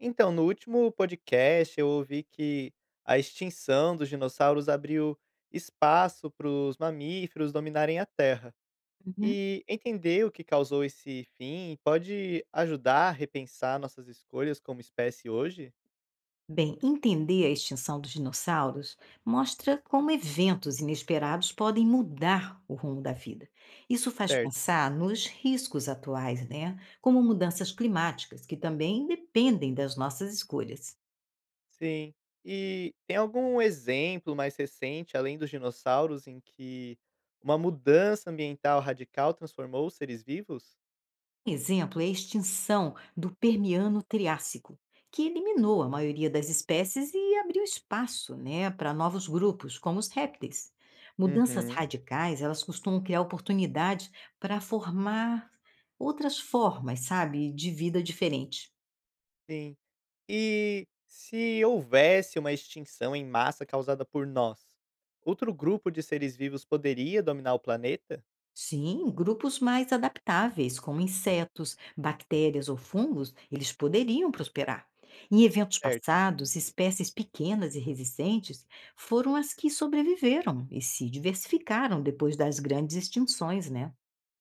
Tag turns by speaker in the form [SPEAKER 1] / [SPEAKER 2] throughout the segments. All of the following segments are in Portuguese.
[SPEAKER 1] Então, no último podcast eu ouvi que a extinção dos dinossauros abriu espaço para os mamíferos dominarem a Terra.
[SPEAKER 2] Uhum.
[SPEAKER 1] E entender o que causou esse fim pode ajudar a repensar nossas escolhas como espécie hoje?
[SPEAKER 2] Bem, entender a extinção dos dinossauros mostra como eventos inesperados podem mudar o rumo da vida. Isso faz
[SPEAKER 1] Certo.
[SPEAKER 2] pensar nos riscos atuais, né? Como mudanças climáticas, que também dependem das nossas escolhas.
[SPEAKER 1] Sim. E tem algum exemplo mais recente, além dos dinossauros, em que uma mudança ambiental radical transformou os seres vivos?
[SPEAKER 2] Um exemplo é a extinção do Permiano Triássico, que eliminou a maioria das espécies e abriu espaço, né, para novos grupos, como os répteis. Mudanças
[SPEAKER 1] Uhum.
[SPEAKER 2] radicais, elas costumam criar oportunidades para formar outras formas, sabe, de vida diferente.
[SPEAKER 1] Sim. E se houvesse uma extinção em massa causada por nós, outro grupo de seres vivos poderia dominar o planeta?
[SPEAKER 2] Sim, grupos mais adaptáveis, como insetos, bactérias ou fungos, eles poderiam prosperar. Em eventos
[SPEAKER 1] Certo.
[SPEAKER 2] passados, espécies pequenas e resistentes foram as que sobreviveram e se diversificaram depois das grandes extinções, né?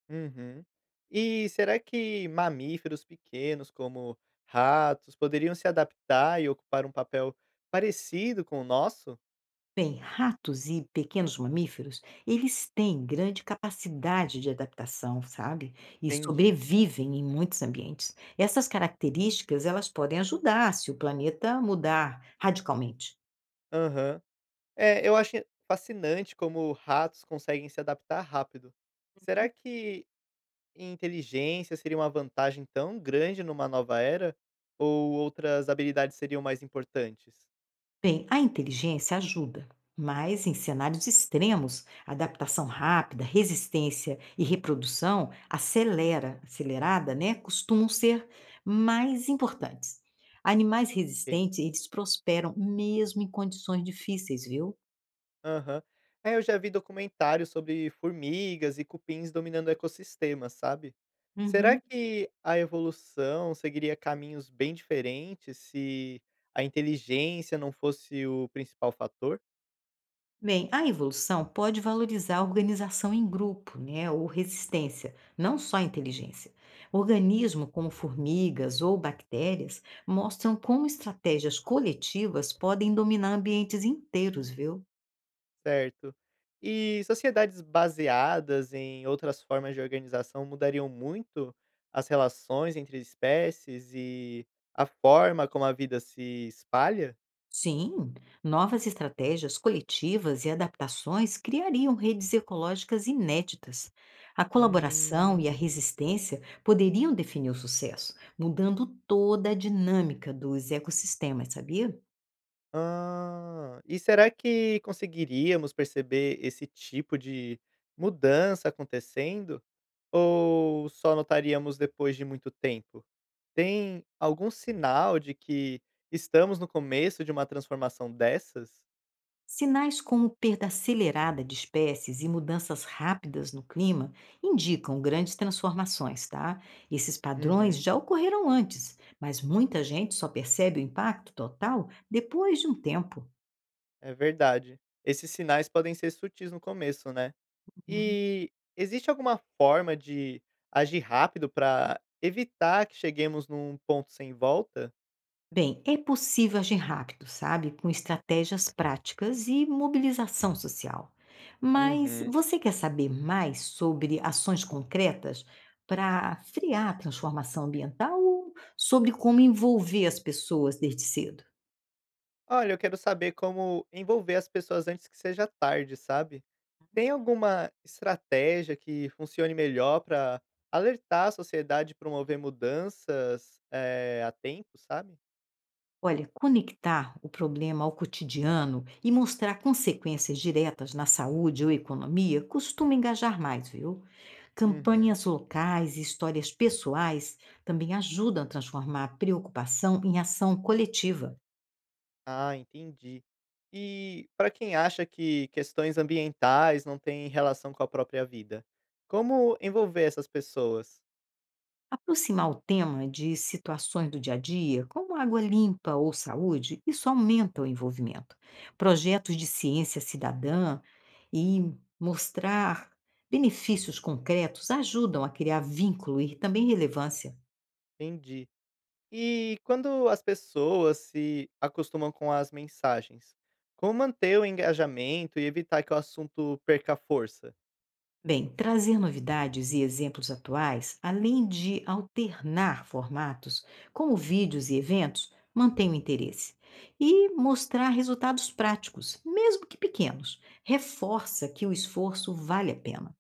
[SPEAKER 1] Uhum. E será que mamíferos pequenos, como ratos, poderiam se adaptar e ocupar um papel parecido com o nosso?
[SPEAKER 2] Bem, ratos e pequenos mamíferos, eles têm grande capacidade de adaptação, sabe? E
[SPEAKER 1] Entendi.
[SPEAKER 2] sobrevivem em muitos ambientes. Essas características, elas podem ajudar se o planeta mudar radicalmente.
[SPEAKER 1] Aham. É, eu acho fascinante como ratos conseguem se adaptar rápido. Será que E inteligência seria uma vantagem tão grande numa nova era? Ou outras habilidades seriam mais importantes?
[SPEAKER 2] Bem, a inteligência ajuda, mas em cenários extremos, adaptação rápida, resistência e reprodução acelerada, né, costumam ser mais importantes. Animais
[SPEAKER 1] Ok.
[SPEAKER 2] resistentes, eles prosperam mesmo em condições difíceis, viu?
[SPEAKER 1] Aham. É, eu já vi documentários sobre formigas e cupins dominando ecossistemas, sabe? Será
[SPEAKER 2] Uhum.
[SPEAKER 1] que a evolução seguiria caminhos bem diferentes se a inteligência não fosse o principal fator?
[SPEAKER 2] Bem, a evolução pode valorizar a organização em grupo, né, ou resistência, não só a inteligência. Organismos como formigas ou bactérias mostram como estratégias coletivas podem dominar ambientes inteiros, viu?
[SPEAKER 1] Certo. E sociedades baseadas em outras formas de organização mudariam muito as relações entre espécies e a forma como a vida se espalha?
[SPEAKER 2] Sim, novas estratégias coletivas e adaptações criariam redes ecológicas inéditas. A colaboração e a
[SPEAKER 1] Hum,
[SPEAKER 2] resistência poderiam definir o sucesso, mudando toda a dinâmica dos ecossistemas, sabia?
[SPEAKER 1] Ah, e será que conseguiríamos perceber esse tipo de mudança acontecendo? Ou só notaríamos depois de muito tempo? Tem algum sinal de que estamos no começo de uma transformação dessas?
[SPEAKER 2] Sinais como perda acelerada de espécies e mudanças rápidas no clima indicam grandes transformações, tá? Esses padrões
[SPEAKER 1] Uhum.
[SPEAKER 2] já ocorreram antes, mas muita gente só percebe o impacto total depois de um tempo.
[SPEAKER 1] É verdade. Esses sinais podem ser sutis no começo, né? E existe alguma forma de agir rápido para evitar que cheguemos num ponto sem volta?
[SPEAKER 2] Bem, é possível agir rápido, sabe? Com estratégias práticas e mobilização social. Mas
[SPEAKER 1] Uhum.
[SPEAKER 2] você quer saber mais sobre ações concretas para frear a transformação ambiental ou sobre como envolver as pessoas desde cedo?
[SPEAKER 1] Olha, eu quero saber como envolver as pessoas antes que seja tarde, sabe? Tem alguma estratégia que funcione melhor para alertar a sociedade e promover mudanças a tempo, sabe?
[SPEAKER 2] Olha, conectar o problema ao cotidiano e mostrar consequências diretas na saúde ou economia costuma engajar mais, viu?
[SPEAKER 1] Uhum.
[SPEAKER 2] Campanhas locais e histórias pessoais também ajudam a transformar a preocupação em ação coletiva.
[SPEAKER 1] Ah, entendi. E para quem acha que questões ambientais não têm relação com a própria vida, como envolver essas pessoas?
[SPEAKER 2] Aproximar o tema de situações do dia a dia, como água limpa ou saúde, isso aumenta o envolvimento. Projetos de ciência cidadã e mostrar benefícios concretos ajudam a criar vínculo e também relevância.
[SPEAKER 1] Entendi. E quando as pessoas se acostumam com as mensagens, como manter o engajamento e evitar que o assunto perca força?
[SPEAKER 2] Bem, trazer novidades e exemplos atuais, além de alternar formatos, como vídeos e eventos, mantém o interesse. E mostrar resultados práticos, mesmo que pequenos, reforça que o esforço vale a pena.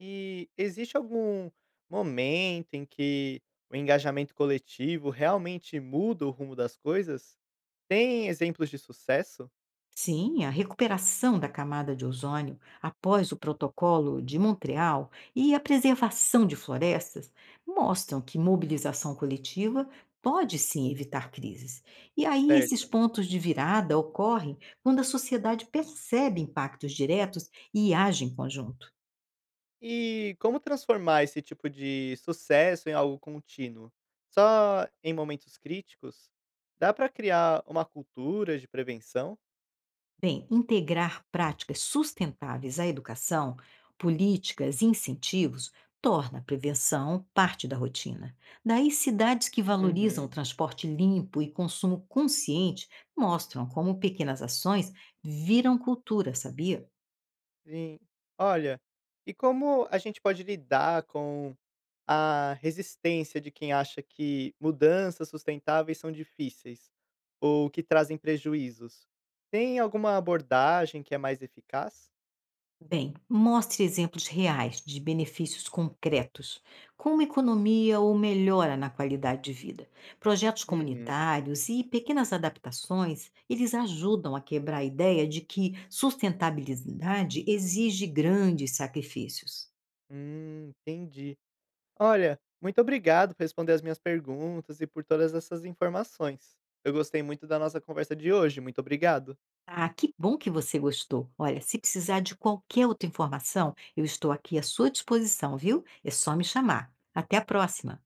[SPEAKER 1] E existe algum momento em que o engajamento coletivo realmente muda o rumo das coisas? Tem exemplos de sucesso?
[SPEAKER 2] Sim, a recuperação da camada de ozônio após o Protocolo de Montreal e a preservação de florestas mostram que mobilização coletiva pode sim evitar crises. E aí esses
[SPEAKER 1] Certo.
[SPEAKER 2] pontos de virada ocorrem quando a sociedade percebe impactos diretos e age em conjunto.
[SPEAKER 1] E como transformar esse tipo de sucesso em algo contínuo? Só em momentos críticos? Dá para criar uma cultura de prevenção?
[SPEAKER 2] Bem, integrar práticas sustentáveis à educação, políticas e incentivos torna a prevenção parte da rotina. Daí, cidades que valorizam o
[SPEAKER 1] Uhum.
[SPEAKER 2] transporte limpo e consumo consciente mostram como pequenas ações viram cultura, sabia?
[SPEAKER 1] Sim. Olha, e como a gente pode lidar com a resistência de quem acha que mudanças sustentáveis são difíceis ou que trazem prejuízos? Tem alguma abordagem que é mais eficaz?
[SPEAKER 2] Bem, mostre exemplos reais de benefícios concretos, como economia ou melhora na qualidade de vida. Projetos
[SPEAKER 1] Uhum.
[SPEAKER 2] comunitários e pequenas adaptações, eles ajudam a quebrar a ideia de que sustentabilidade exige grandes sacrifícios.
[SPEAKER 1] Entendi. Olha, muito obrigado por responder as minhas perguntas e por todas essas informações. Eu gostei muito da nossa conversa de hoje. Muito obrigado.
[SPEAKER 2] Ah, que bom que você gostou. Olha, se precisar de qualquer outra informação, eu estou aqui à sua disposição, viu? É só me chamar. Até a próxima.